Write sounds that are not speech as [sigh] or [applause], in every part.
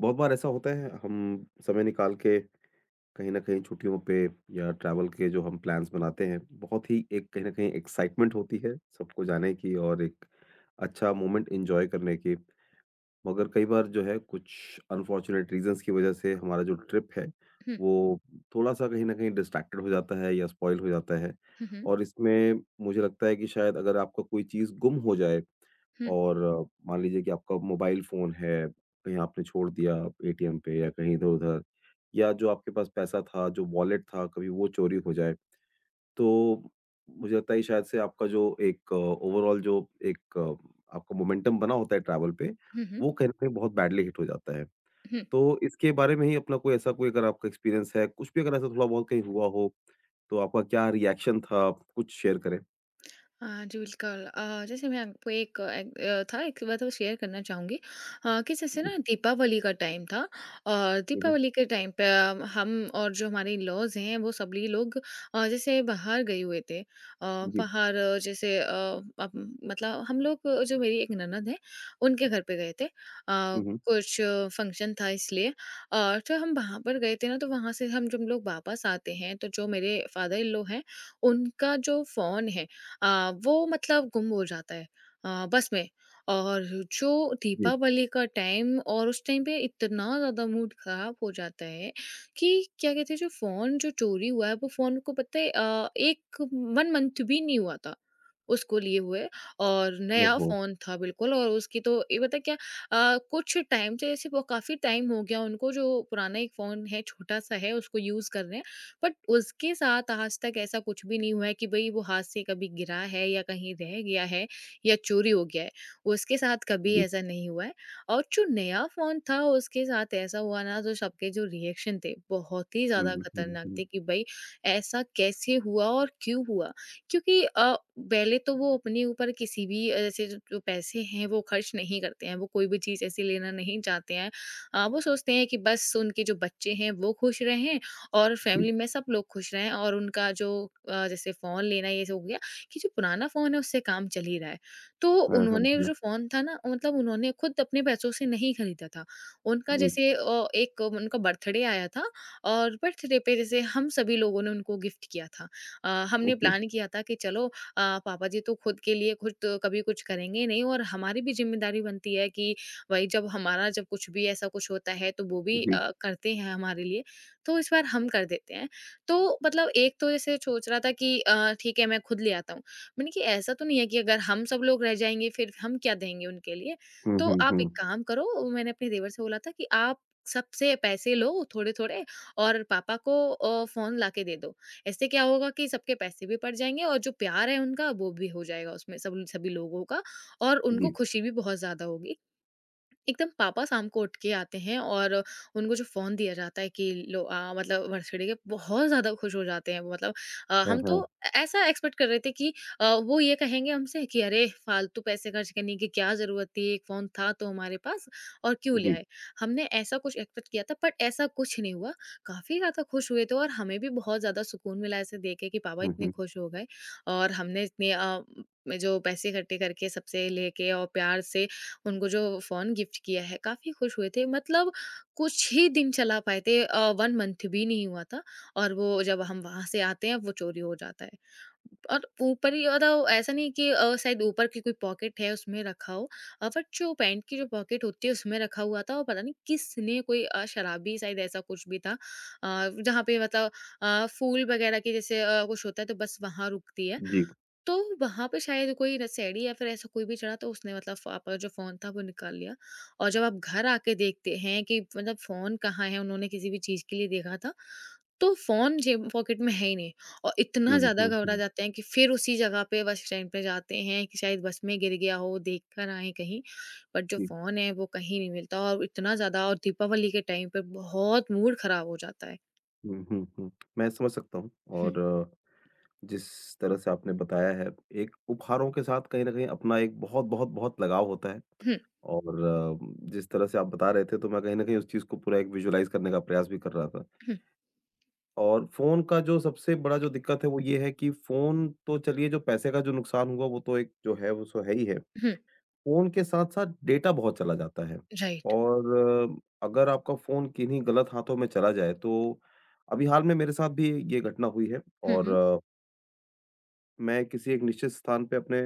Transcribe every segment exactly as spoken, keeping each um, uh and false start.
बहुत बार ऐसा होता है हम समय निकाल के कहीं न कहीं छुट्टियों पे या ट्रैवल के जो हम प्लान्स बनाते हैं, बहुत ही एक कहीं न कहीं एक्साइटमेंट होती है सबको जाने की और एक अच्छा मोमेंट एन्जॉय करने की। मगर कई बार जो है कुछ अनफॉर्च्यूनेट रीज़न्स की वज़ह से हमारा जो ट्रिप है, Hmm। वो थोड़ा-सा कहीं न कहीं डिस्ट्रैक्टेड हो जाता है या स्पॉइल हो जाता है। Hmm। और इसमें मुझे लगता है कि शायद अगर आपका कोई चीज़ गुम हो जाए Hmm। Hmm। और अ, मान लीजिए कि आपका मोबाइल फ़ोन है, कहीं आपने छोड़ दिया एटीएम पे या कहीं इधर-उधर या जो आपके पास पैसा था, जो वॉलेट था, कभी वो चोरी हो जाए। तो मुझे लगता है शायद से आपका जो एक ओवरऑल जो एक अ, आपका मोमेंटम बना होता है ट्रैवल पे, Hmm। Hmm, वो कहीं न कहीं बहुत बैडली हिट हो जाता है। hmm। तो इसके बारे में ही अपना कोई ऐसा कोई अगर आपका एक्सपीरियंस है, कुछ भी अगर ऐसा थोड़ा-बहुत कहीं हुआ हो, तो आपका क्या रिएक्शन था? कुछ शेयर करें। हाँ जी, बिल्कुल। अ, जैसे मैं आपको एक अ, एक अ, था एक बात और शेयर करना चाहूँगी, अ, कि जैसे जी। ना दीपावली का टाइम था और हुँ, हुँ। दीपावली के टाइम पे अ, हम और जो हमारे इन-लॉज़ हैं वो सभी लोग अ, जैसे बाहर गए हुए थे। अ, जी। बाहर अ, जैसे अ, अप मतलब हम लोग, अ, जो मेरी एक ननद है उनके घर पे गए थे। अ, हुँ, हुँ। कुछ फंक्शन था, इसलिए और तो हम वहाँ पर गए थे ना, तो वहाँ से हम जब लोग वापस आते हैं तो जो मेरे फादर इन लॉ हैं उनका जो फ़ोन है, अ, वो मतलब गुम हो जाता है, अ, बस में। और जो जी। दीपावली का टाइम और उस टाइम पे इतना ज़्यादा मूड ख़राब हो जाता है कि क्या कहते हैं जो फ़ोन जो चोरी हुआ है वो फ़ोन को पता है, अ, एक 1 मंथ भी नहीं हुआ था उसको लिए हुए, और नया ओहो! फ़ोन था बिल्कुल। और उसकी तो ये पता है क्या, अ, कुछ टाइम से ऐसे वो काफ़ी टाइम हो गया उनको जो पुराना एक फ़ोन है छोटा-सा है उसको यूज़ कर रहे हैं। बट उसके साथ आज तक ऐसा कुछ भी नहीं हुआ है कि भई वो हाथ से कभी गिरा है या कहीं रह गया है या चोरी हो गया है, उसके साथ कभी जी। ऐसा नहीं हुआ है। और जो नया फ़ोन था उसके साथ ऐसा हुआ ना, तो सबके जो रिएक्शन थे बहुत ही हुँ, ज़्यादा हुँ, हुँ, खतरनाक हुँ। थे कि भई ऐसा कैसे हुआ और क्यों हुआ? क्योंकि अ, पहले तो वो अपने ऊपर किसी भी अ, ऐसे जो जो पैसे हैं वो खर्च नहीं करते हैं, वो कोई भी चीज़ ऐसी लेना नहीं चाहते हैं। अ, वो सोचते हैं कि बस उनके जो बच्चे हैं वो खुश रहें और जी। फैमिली में सब लोग खुश रहें, और उनका जो अ, जैसे फ़ोन लेना ये सब हो गया कि जो पुराना फ़ोन है उससे काम चल ही रहा है। तो हाँ, हाँ, उन्होंने हाँ। जो फ़ोन था ना, मतलब उन्होंने खुद अपने पैसों से नहीं खरीदा था। उनका जी। जैसे अ, एक उनका बर्थडे आया था और बर्थडे पे जैसे हम सभी लोगों ने उनको गिफ्ट किया था। अ, हमने ओके। प्लान किया था कि चलो, अ, पापा जी तो खुद के लिए खुद तो कभी कुछ करेंगे नहीं और हमारी भी ज़िम्मेदारी बनती है कि भाई, जब हमारा जब कुछ भी ऐसा कुछ होता है तो वो भी जी। अ, करते हैं हमारे लिए। तो इस बार हम कर देते हैं। तो मतलब एक तो जैसे सोच रहा था कि अ, ठीक है, मैं खुद ले आता हूँ। मैंने कि ऐसा तो नहीं है कि अगर हम सब लोग रह जाएँगे फिर हम क्या देंगे उनके लिए? हुँ, तो हुँ, आप हुँ। एक काम करो, मैंने अपने देवर से बोला था कि आप सबसे पैसे लो, थोड़े-थोड़े, और पापा को अ, फ़ोन लाके दे दो। इससे क्या होगा कि सबके पैसे भी पड़ जाएँगे और जो प्यार है उनका वो भी हो जाएगा उसमें सब सभी लोगों का, और जी। उनको खुशी भी बहुत ज़्यादा होगी। एकदम पापा शाम को उठ के आते हैं और उनको जो फ़ोन दिया जाता है कि लो, अ, मतलब बर्थडे के, बहुत ज़्यादा खुश हो जाते हैं वो। मतलब अ, हाँ, हम तो हाँ। ऐ ऐसा एक्सपेक्ट कर रहे थे कि अ, वो ये कहेंगे हमसे कि अरे! फालतू पैसे खर्च करने की क्या ज़रूरत थी? एक फ़ोन था तो हमारे पास, और क्यों ले जी। आए? हमने ऐसा कुछ एक्सपेक्ट किया था, बट ऐसा कुछ नहीं हुआ। काफ़ी ज़्यादा खुश हुए थे और हमें भी बहुत ज़्यादा सुकून मिला ऐसे देख के कि पापा हुँ, इतने हुँ। खुश हो गए, और हमने इतने अ, जो पैसे इकट्ठे करके सबसे लेके और प्यार से उनको जो फ़ोन गिफ्ट किया है, काफ़ी खुश हुए थे। मतलब कुछ ही दिन चला पाए थे, अ, एक मंथ भी नहीं हुआ था और वो जब हम वहाँ से आते हैं वो चोरी हो जाता है। और ऊपर ही मतलब ऐसा नहीं कि अ, शायद ऊपर की कोई पॉकेट है उसमें रखा हो, अ, बट जो पैंट की जो पॉकेट होती है उसमें रखा हुआ था, और पता नहीं किसने, कोई अ, शराबी शायद ऐसा कुछ भी था, अ, जहाँ पे मतलब अ, फूल वगैरह के जैसे अ, कुछ होता है तो बस वहाँ रुकती है। जी। तो वहाँ पे शायद कोई नशेड़ी या फिर ऐसा कोई भी चढ़ा तो उसने मतलब फ आपका जो फ़ोन था वो निकाल लिया, और जब आप घर आके देखते हैं कि मतलब फ़ोन कहाँ है, उन्होंने किसी भी चीज़ के लिए देखा था, तो फ़ोन जेब पॉकेट में है ही नहीं, और इतना हुँ, ज़्यादा हुँ, घबरा हुँ। जाते हैं कि फिर उसी जगह पे बस स्टैंड पे जाते हैं कि शायद बस में गिर गया हो, देख कर आएँ कहीं, बट जो जी। फ़ोन है वो कहीं नहीं मिलता, और इतना ज़्यादा और दीपावली के टाइम पे बहुत मूड खराब हो जाता है। हुँ, हुँ, हुँ। मैं समझ सकता हूँ हुँ, और अ, जिस तरह से आपने बताया है, एक उपहारों के साथ कहीं न कहीं अपना एक बहुत-बहुत बहुत बहुत लगाव होता है हुँ, और अ, जिस तरह से आप बता रहे थे, तो मैं कहीं न कहीं उस चीज़ को पूरा एक विजुअलाइज़ करने का प्रयास भी कर रहा था। हुँ, और फ़ोन का जो सबसे बड़ा जो दिक्कत है, वो ये है कि फ़ोन तो चलिए जो पैसे का जो नुकसान हुआ, वो तो एक जो है, वो सो है ही है। हुँ, फ़ोन के साथ-साथ डेटा बहुत चला जाता है राइट। और अ, अगर आपका फ़ोन किन्हीं गलत हाथों में चला जाए, तो अभी हाल में मेरे साथ भी ये घटना हुई है हुँ, और हुँ, अ, मैं किसी एक निश्चित स्थान पे अपने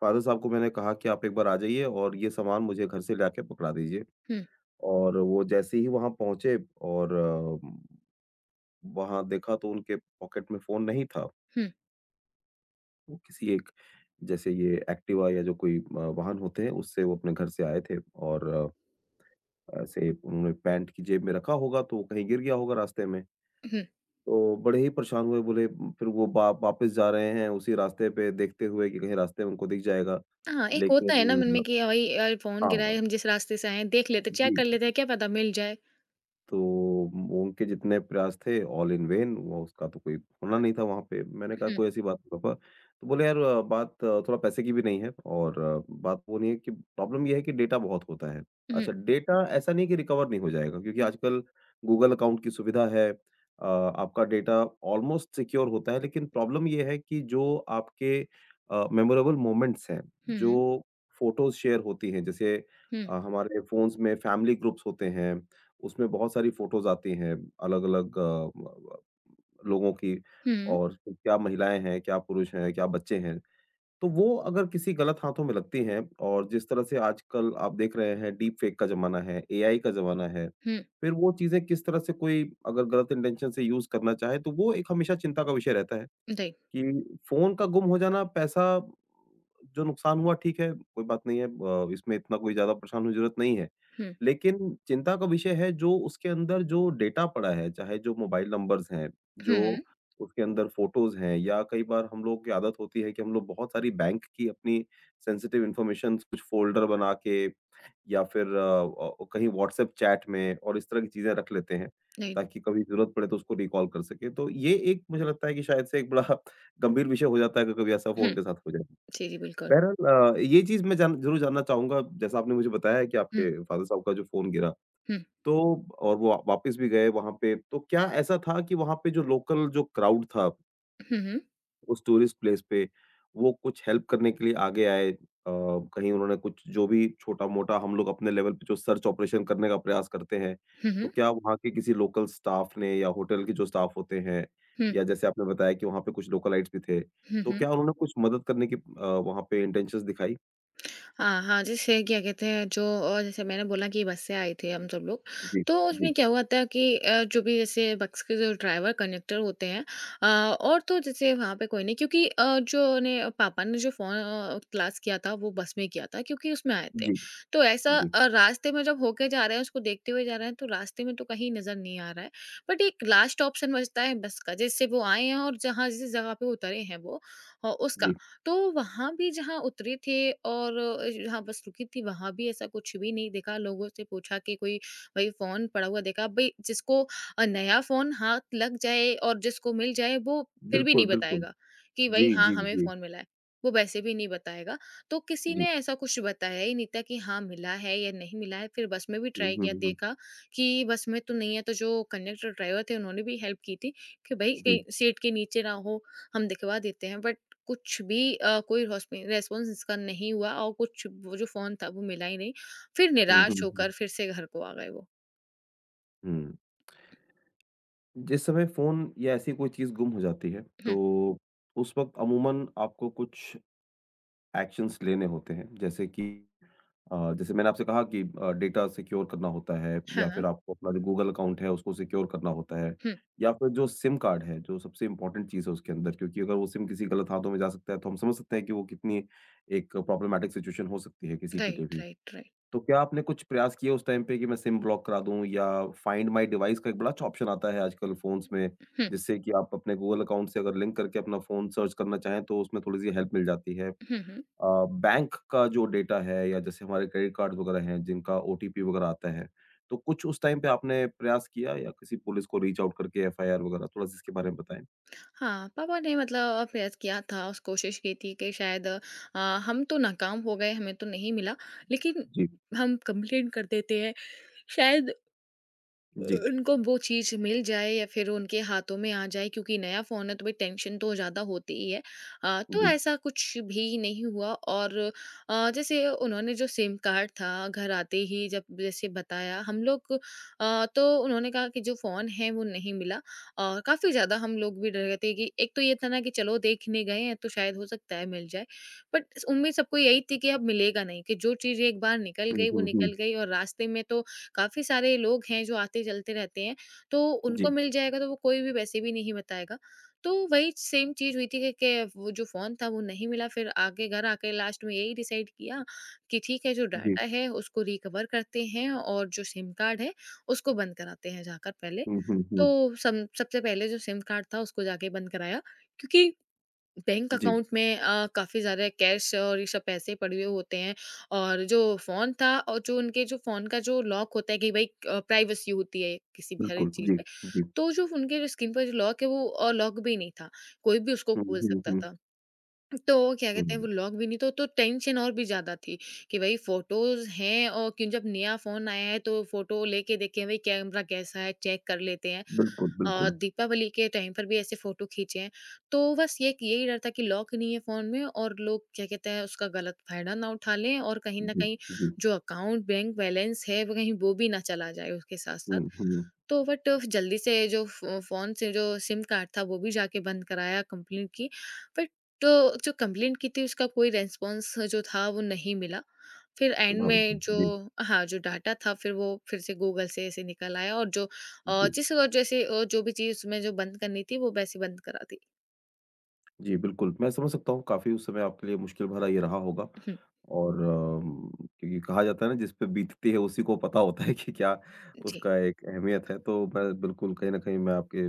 फ़ादर साहब को मैंने कहा कि आप एक बार आ जाइए और ये सामान मुझे घर से लाके पकड़ा दीजिए हुँ, और वो जैसे ही वहाँ पहुँचे और वहाँ देखा तो उनके पॉकेट में फ़ोन नहीं था। हुँ, वो किसी एक जैसे ये एक्टिवा या जो कोई अ, वाहन होते हैं उससे वो अपने घर से आए थे और ऐसे उन्होंने पैंट की जेब में रखा होगा तो कहीं गिर गया होगा रास्ते में। हुँ। तो बड़े ही परेशान हुए बोले फिर वो वा वापस जा रहे हैं उसी रास्ते पे देखते हुए कि कहीं रास्ते में उनको दिख जाएगा। हाँ, एक होता है ना मन लेकिन में कि भाई यार फ़ोन हाँ, गिरा है, हम जिस रास्ते से आए हैं देख लेते, चेक जी। कर लेते हैं, क्या पता मिल जाए। तो उनके जितने प्रयास थे ऑल इन वेन वो उसका तो कोई होना नहीं था वहाँ पे। मैंने कहा हुँ, कोई ऐसी बात नहीं पापा, तो बोले यार अ, बात अ, थोड़ा पैसे की भी नहीं है और अ, बात वो नहीं है कि प्रॉब्लम ये है कि डेटा बहुत होता है। हुँ, अच्छा डेटा ऐसा नहीं है कि रिकवर नहीं हो जाएगा क्योंकि हुँ, आजकल गूगल अकाउंट की सुविधा है। अ, आपका डेटा ऑलमोस्ट सिक्योर होता है लेकिन प्रॉब्लम ये है कि जो आपके अ, मेमोरेबल मोमेंट्स हैं, हुँ, जो फ़ोटोज़ शेयर होती हैं जैसे हुँ, अ, हमारे फ़ोन्स में फैमिली ग्रुप्स होते हैं। उसमें बहुत सारी फ़ोटोज़ आती हैं अलग-अलग अ, ब ब लोगों की हुँ, और क्या महिलाएँ हैं, क्या पुरुष हैं, क्या बच्चे हैं। तो वो अगर किसी गलत हाथों में लगती हैं और जिस तरह से आजकल आप देख रहे हैं डीप फ़ेक का ज़माना है, एआई का ज़माना है, हुँ, फिर वो चीज़ें किस तरह से कोई अगर गलत इंटेंशन से यूज़ करना चाहे तो वो एक हमेशा चिंता का विषय रहता है। राइट, कि फ़ोन का गुम हो जाना पैसा जो नुकसान हुआ ठीक है, कोई बात नहीं है अ, इसमें इतना कोई ज़्यादा परेशान होने की ज़रूरत नहीं है। हुँ, लेकिन चिंता का विषय है जो उसके अंदर जो डेटा पड़ा है, चाहे जो मोबाइल नंबर्स हैं, जो हुँ, उसके अंदर फ़ोटोज़ हैं या कई बार हम लोगों की आदत होती है कि हम लोग बहुत सारी बैंक की अपनी सेंसिटिव इन्फॉर्मेशंस कुछ फ़ोल्डर बना के या फिर अ अ, कहीं व्हाट्सएप चैट में और इस तरह की चीज़ें रख लेते हैं, राइट, ताकि कभी ज़रूरत पड़े तो उसको रिकॉल कर सकें। तो ये एक मुझे लगता है कि शायद से एक बड़ा [laughs] गंभीर विषय हो जाता है अगर कभी ऐसा हुँ, फ़ोन के साथ हो जाए। जी, जी, बिल्कुल। बहरहाल अ, ये चीज़ मैं जान ज़रूर जानना चाहूँगा जैसा आपने मुझे बताया है कि हुँ, आपके फ़ादर साहब का जो फ़ोन गिरा, हुँ, तो और वो वापस भी गए वहाँ पे, तो क्या ऐसा था कि वहाँ पे जो लोकल जो क्राउड था हुँ, हुँ, उस टूरिस्ट प्लेस पे, वो कुछ हेल्प करने के लिए आगे आए। अ, कहीं उन्होंने कुछ जो भी छोटा-मोटा हम लोग अपने लेवल पे जो सर्च ऑपरेशन करने का प्रयास करते हैं, हुँ, तो हुँ, क्या वहाँ के किसी लोकल स्टाफ ने या होटल के जो स्टाफ होते हैं हुँ, या जैसे आपने बताया कि वहाँ पे कुछ लोकलाइट्स भी थे, हुँ, तो हुँ। क्या उन्होंने कुछ मदद करने की अ, वहाँ पे इंटेंशंस दिखाई? हाँ, हाँ, जैसे क्या कहते हैं जो, अ, जैसे मैंने बोला कि बस से आए थे हम सब लोग, जी, तो उसमें जी, क्या हुआ था कि अ, जो भी जैसे बस के जो ड्राइवर कंडक्टर होते हैं, अ, और तो जैसे वहाँ पे कोई नहीं क्योंकि अ, जो ने पापा ने जो फ़ोन अ, क्लास किया था वो बस में किया था क्योंकि उसमें आए थे। जी, तो ऐसा, जी, अ, रास्ते में जब होके जा रहे हैं, उसको देखते हुए जा रहे हैं तो रास्ते में तो कहीं नज़र नहीं आ रहा है। बट एक लास्ट ऑप्शन बचता है बस का, जिससे वो आए हैं और जहाँ जिस जगह पे उतरे हैं, वो, अ, उसका। जी। तो वहाँ भी जहाँ उतरे थे और अ, जहाँ बस रुकी थी वहाँ भी ऐसा कुछ भी नहीं देखा। लोगों से पूछा कि कोई भाई फ़ोन पड़ा हुआ देखा? भई जिसको अ, नया फ़ोन हाथ लग जाए और जिसको मिल जाए वो फिर भी बिल्कुल, नहीं बिल्कुल। बताएगा कि जी, भई हाँ, जी, हमें जी, फ़ोन मिला है। वो वैसे भी नहीं बताएगा। तो किसी जी। ने ऐसा कुछ बताया ही नहीं था कि हाँ, मिला है या नहीं मिला है। फिर बस में भी हुँ, ट्राई हुँ, किया, हुँ, हुँ। देखा कि बस में तो नहीं है, तो जो कंडक्टर ड्राइवर थे उन्होंने भी हेल्प की थी कि भई जी। कहीं सीट के नीचे ना हो, हम दिखवा देते हैं, बट कुछ भी, अ, कोई हॉस्पि रेस्पॉन्स इसका नहीं हुआ, और कुछ वो जो फ़ोन था वो मिला ही नहीं। फिर हुँ, निराश हुँ, हुँ। होकर फिर से घर को आ गए वो। हुँ। जिस समय फ़ोन या ऐसी कोई चीज़ गुम हो जाती है, हुँ। तो उस वक़्त अमूमन आपको कुछ एक्शन्स लेने होते हैं। जैसे कि अ, जैसे मैंने आपसे कहा कि अ, डेटा सिक्योर करना होता है हाँ, या फिर हाँ। आपको अपना जो गूगल अकाउंट है, उसको सिक्योर करना होता है हुँ। या फिर जो सिम कार्ड है, जो सबसे इम्पोर्टेंट चीज़ है उसके अंदर क्योंकि अगर वो सिम किसी गलत हाथों में जा सकता है, तो हम समझ सकते हैं कि वो कितनी एक प्रॉब्लमैटिक सिचुएशन हो सकती है किसी के लिए राइट, भी। Right, right. तो क्या आपने कुछ प्रयास किया उस टाइम पे कि मैं सिम ब्लॉक करा दूँ या फाइंड माय डिवाइस का एक बड़ा अच्छा ऑप्शन आता है आजकल फ़ोन्स में, हुँ। जिससे कि आप अपने गूगल अकाउंट से अगर लिंक करके अपना फ़ोन सर्च करना चाहें तो उसमें थोड़ी-सी हेल्प मिल जाती है। हुँ, हुँ। अ, बैंक का जो डेटा है या जैसे हमारे क्रेडिट कार्ड्स वगैरह हैं जिनका ओटीपी वगैरह आता है, तो कुछ उस टाइम पे आपने प्रयास किया या किसी पुलिस को रीच आउट करके एफआईआर वगैरह थोड़ा-सा इसके बारे में बताएँ? हाँ, पापा ने मतलब प्रयास किया था, उस कोशिश की थी कि शायद, अ, हम तो नाकाम हो गए, हमें तो नहीं मिला, लेकिन जी, हम कंप्लेंट कर देते हैं, शायद जी, उनको वो चीज़ मिल जाए या फिर उनके हाथों में आ जाए क्योंकि नया फ़ोन है तो भाई टेंशन तो ज़्यादा होती ही है। अ, तो जी। ऐसा कुछ भी नहीं हुआ, और अ, जैसे उन्होंने जो सिम कार्ड था घर आते ही जब जैसे बताया हम लोग, अ, तो उन्होंने कहा कि जो फ़ोन है वो नहीं मिला, और काफ़ी ज़्यादा हम लोग भी डर गए थे कि एक तो ये था ना कि चलो देखने गए हैं तो शायद हो सकता है मिल जाए। बट उम्मीद सबको यही थी कि अब मिलेगा नहीं, कि जो चीज़ एक बार निकल हुँ, गई वो हुँ, हुँ। निकल गई और रास्ते में तो काफ़ी सारे लोग हैं जो आते चलते रहते हैं, तो जी, उनको मिल जाएगा तो वो कोई भी वैसे भी नहीं बताएगा। तो वही सेम चीज़ हुई थी कि के वो जो फ़ोन था वो नहीं मिला, फिर आके घर आके लास्ट में यही डिसाइड किया कि ठीक है, जो जी। डाटा है उसको रिकवर करते हैं और जो सिम कार्ड है उसको बंद कराते हैं जाकर पहले। हुँ, हुँ, हुँ। तो सम सबसे पहले जो सिम कार्ड था उसको जाके बंद कराया, क्योंकि बैंक जी, अकाउंट में अ, काफ़ी ज़्यादा कैश और ये सब पैसे पड़े हुए होते हैं, और जो फ़ोन था और जो उनके जो फ़ोन का जो लॉक होता है कि भाई, अ, प्राइवेसी होती है किसी भी हर एक बिल्कुल। चीज़ जी, पे, जी। तो जो उनके जो स्क्रीन पर जो लॉक है, वो, अ, लॉक भी नहीं था, कोई भी उसको हुँ, खोल हुँ, सकता हुँ, था। तो क्या कहते हैं वो हुँ। लॉक भी नहीं, तो तो टेंशन और भी ज़्यादा थी कि भाई फ़ोटोज़ हैं, और क्यों जब नया फ़ोन आया है तो फ़ोटो लेके देखें भाई कैमरा कैसा है, चेक कर लेते हैं। बिल्कुल, अ, बिल्कुल। दीपावली के टाइम पर भी ऐसे फ़ोटो खींचे हैं। तो बस ये यही डर था कि लॉक नहीं है फ़ोन में और लोग, क्या कहते हैं, उसका गलत फ़ायदा ना उठा लें, और कहीं न जी, कहीं जी। जो अकाउंट बैंक बैलेंस है वो कहीं वो भी ना चला जाए उसके साथ-साथ। हुँ, हुँ। तो बट जल्दी से जो फ़ो फ़ोन से जो सिम कार्ड था वो भी जाके बंद कराया, कंप्लेंट की। बट तो जो कंप्लेंट की थी उसका कोई रिस्पॉन्स जो था वो नहीं मिला। फिर एंड स्वाभाविक है। में जो जी, हाँ, जो डाटा था फिर वो फिर से गूगल से ऐसे निकल आया और जो अ, जी। जिस और जैसे अ, जो भी चीज़ उसमें जो बंद करनी थी वो वैसे बंद करा दी। जी, बिल्कुल, मैं समझ सकता हूँ काफ़ी उस समय आपके लिए मुश्किल भरा ये रहा होगा हुँ, और अम, क्योंकि कहा जाता है ना जिस पे बीतती है उसी को पता होता है कि क्या जी। उसका एक अहमियत है, तो मैं बिल्कुल कहीं न कहीं मैं आपके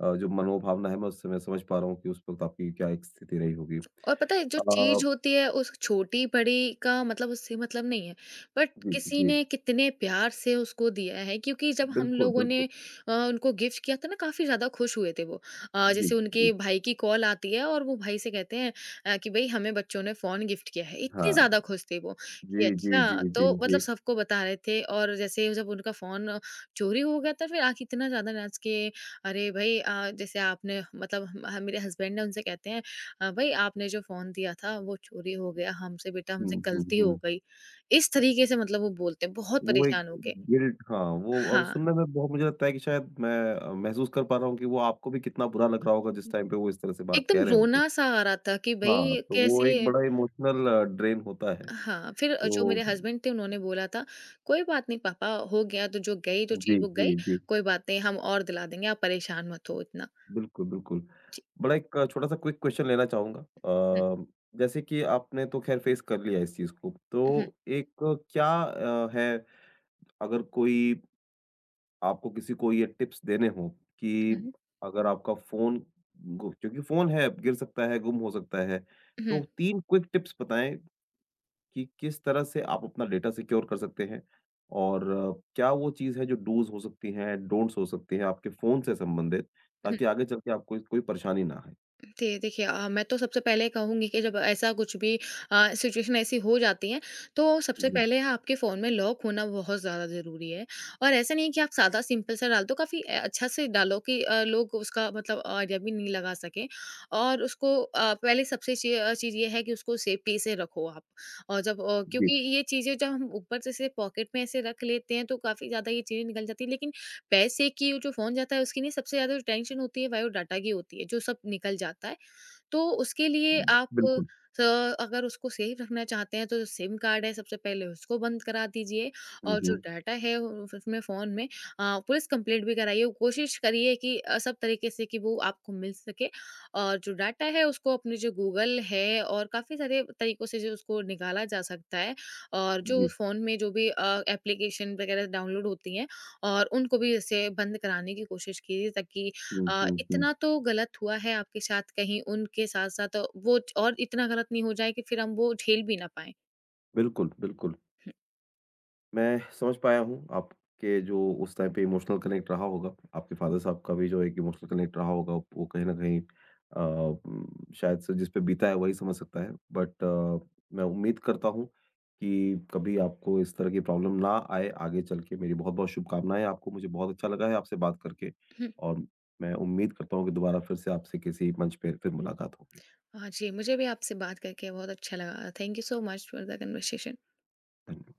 अ, जो मनोभावना है मैं उससे मैं समझ पा रहा हूँ कि उस वक़्त आपकी क्या एक स्थिति रही होगी। और पता है जो चीज़ अ, होती है उस छोटी-बड़ी का मतलब उससे मतलब नहीं है। बट जी, किसी जी। ने कितने प्यार से उसको दिया है क्योंकि जब हम बिल्कुल, लोगों ने बिल्कुल। अ, उनको गिफ्ट किया था ना काफ़ी ज़्यादा खुश हुए थे वो। अ, जी, जैसे उनके जी। भाई की कॉल आती है और वो भाई से कहते हैं अ, कि भई हमें बच्चों ने फ़ोन गिफ्ट किया है। इतने हाँ। ज़्यादा खुश थे वो कि जी, जी, अच्छा जी, जी, तो मतलब जी। सबको बता रहे थे और जैसे जब उनका फ़ोन चोरी हो गया था फिर आके इतना ज़्यादा नाच के अरे भई अ, जैसे आपने मतलब ह मेरे हस्बैंड हैं उनसे कहते हैं हाँ भाई आपने जो फ़ोन दिया था वो चोरी हो गया हमसे बेटा हमसे हुँ, हुँ, गलती हो हुँ। गई। इस तरीके से मतलब वो बोलते हैं बहुत वो एक परेशान होके। गिल्ट हाँ, वो और हाँ, सुनने में बहुत मुझे लगता है कि शायद मैं अ, महसूस कर पा रहा हूँ कि वो आपको भी कितना बुरा लग रहा होगा जिस टाइम पे वो इस तरह से बात कह एकदम रहे होंगे। रोना सा आ रहा था कि भई हाँ, तो वो कैसे एक बड़ा इमोशनल अ, ड्रेन होता है। हाँ, फिर जो तो मेरे हस्बैंड थे उन्होंने बोला था, "कोई बात नहीं पापा हो गया तो जो गई जो जी, चीज़ वो जी, गई, जी। कोई बात नहीं हम और दिला देंगे आप परेशान मत हो इतना।" बिल्कुल, बिल्कुल। जी। बड़ा एक छोटा-सा क्विक क्वेश्चन लेना चाहूँगा। हुँ, अ, जैसे कि आपने तो ख़ैर फेस कर लिया इस चीज़ को, हुँ, तो एक अ, क्या अ, है अगर कोई आपको किसी को ये टिप्स देने हों कि हुँ, अगर आपका फ़ोन गु क्योंकि फ़ोन है, गिर सकता है, गुम हो सकता है, हुँ, तो तीन क्विक टिप्स बताएँ कि किस तरह से आप अपना डेटा सिक्योर कर सकते हैं? और अ, क्या वो चीज़ है जो डूज़ हो सकती हैं, डोंट्स हो सकती हैं आपके फ़ोन से संबंधित, हुँ। ताकि आगे चल के आपको कोई परेशानी ना आए? जी, देखिए अ, मैं तो सबसे पहले कहूँगी कि जब ऐसा कुछ भी अ, सिचुएशन ऐसी हो जाती है, तो सबसे जी, पहले आपके फ़ोन में लॉक होना बहुत ज़्यादा ज़रूरी है। और ऐसा नहीं है कि आप सादा सिंपल सा डाल दो, काफ़ी अ, अच्छा से डालो कि अ, लोग उसका मतलब आइडिया भी नहीं लगा सकें। और उसको अ, पहले सबसे ची अ, चीज़ ये है कि उसको सेफ्टी से रखो आप। और जब अ, जी, क्योंकि ये चीज़ें जब हम ऊपर से सिर्फ़ पॉकेट में ऐसे रख लेते हैं, तो काफ़ी ज़्यादा ये चीज़ें निकल जाती हैं। लेकिन पैसे की जो फ़ोन जाता है, उसकी नहीं सबसे ज़्यादा जो टेंशन होती है, बायोडाटा की होती है, जो सब निकल जाता है। तो उसके लिए आप बिल्कुल। स अगर उसको सेफ रखना चाहते हैं, तो जो सिम कार्ड है सबसे पहले उसको बंद करा दीजिए हुँ, और जो हुँ। डाटा है उ उसमें फ़ोन में अ, पुलिस कंप्लेंट भी कराइए। कोशिश करिए कि अ, सब तरीके से कि वो आपको मिल सके और जो डाटा है उसको अपने जो गूगल है और काफ़ी सारे तरीकों से जो उसको निकाला जा सकता है और जो जी। फ़ोन में जो भी अ, एप्लीकेशन वगैरह डाउनलोड होती हैं और उनको भी ऐसे बंद कराने की कोशिश कीजिए ताकि हुँ, अ, हुँ, हुँ। इतना तो गलत हुआ है आपके साथ कहीं उनके साथ-साथ वो और इतना गलत नहीं हो जाए कि फिर हम वो झेल भी ना पाएँ। बिल्कुल, बिल्कुल। मैं समझ पाया हूँ आपके जो उस टाइम पे इमोशनल कनेक्ट रहा होगा, आपके फ़ादर साहब का भी जो एक इमोशनल कनेक्ट रहा होगा, वो कहीं न कहीं अ, उम, शायद से जिस पे बीता है वही समझ सकता है। बट अ, मैं उम्मीद करता हूँ कि कभी आपको इस तरह की प्रॉब्लम ना आए आगे चल के। मेरी बहुत-बहुत शुभकामनाएँ आपको। मुझे बहुत अच्छा लगा है आपसे बात करके [clears throat] और मैं उम्मीद करता हूँ कि दोबारा फिर से आपसे किसी मंच पे फिर मुलाकात होगी। हाँ जी, मुझे भी आपसे बात करके बहुत अच्छा लगा। Thank you so much for the conversation. धन्य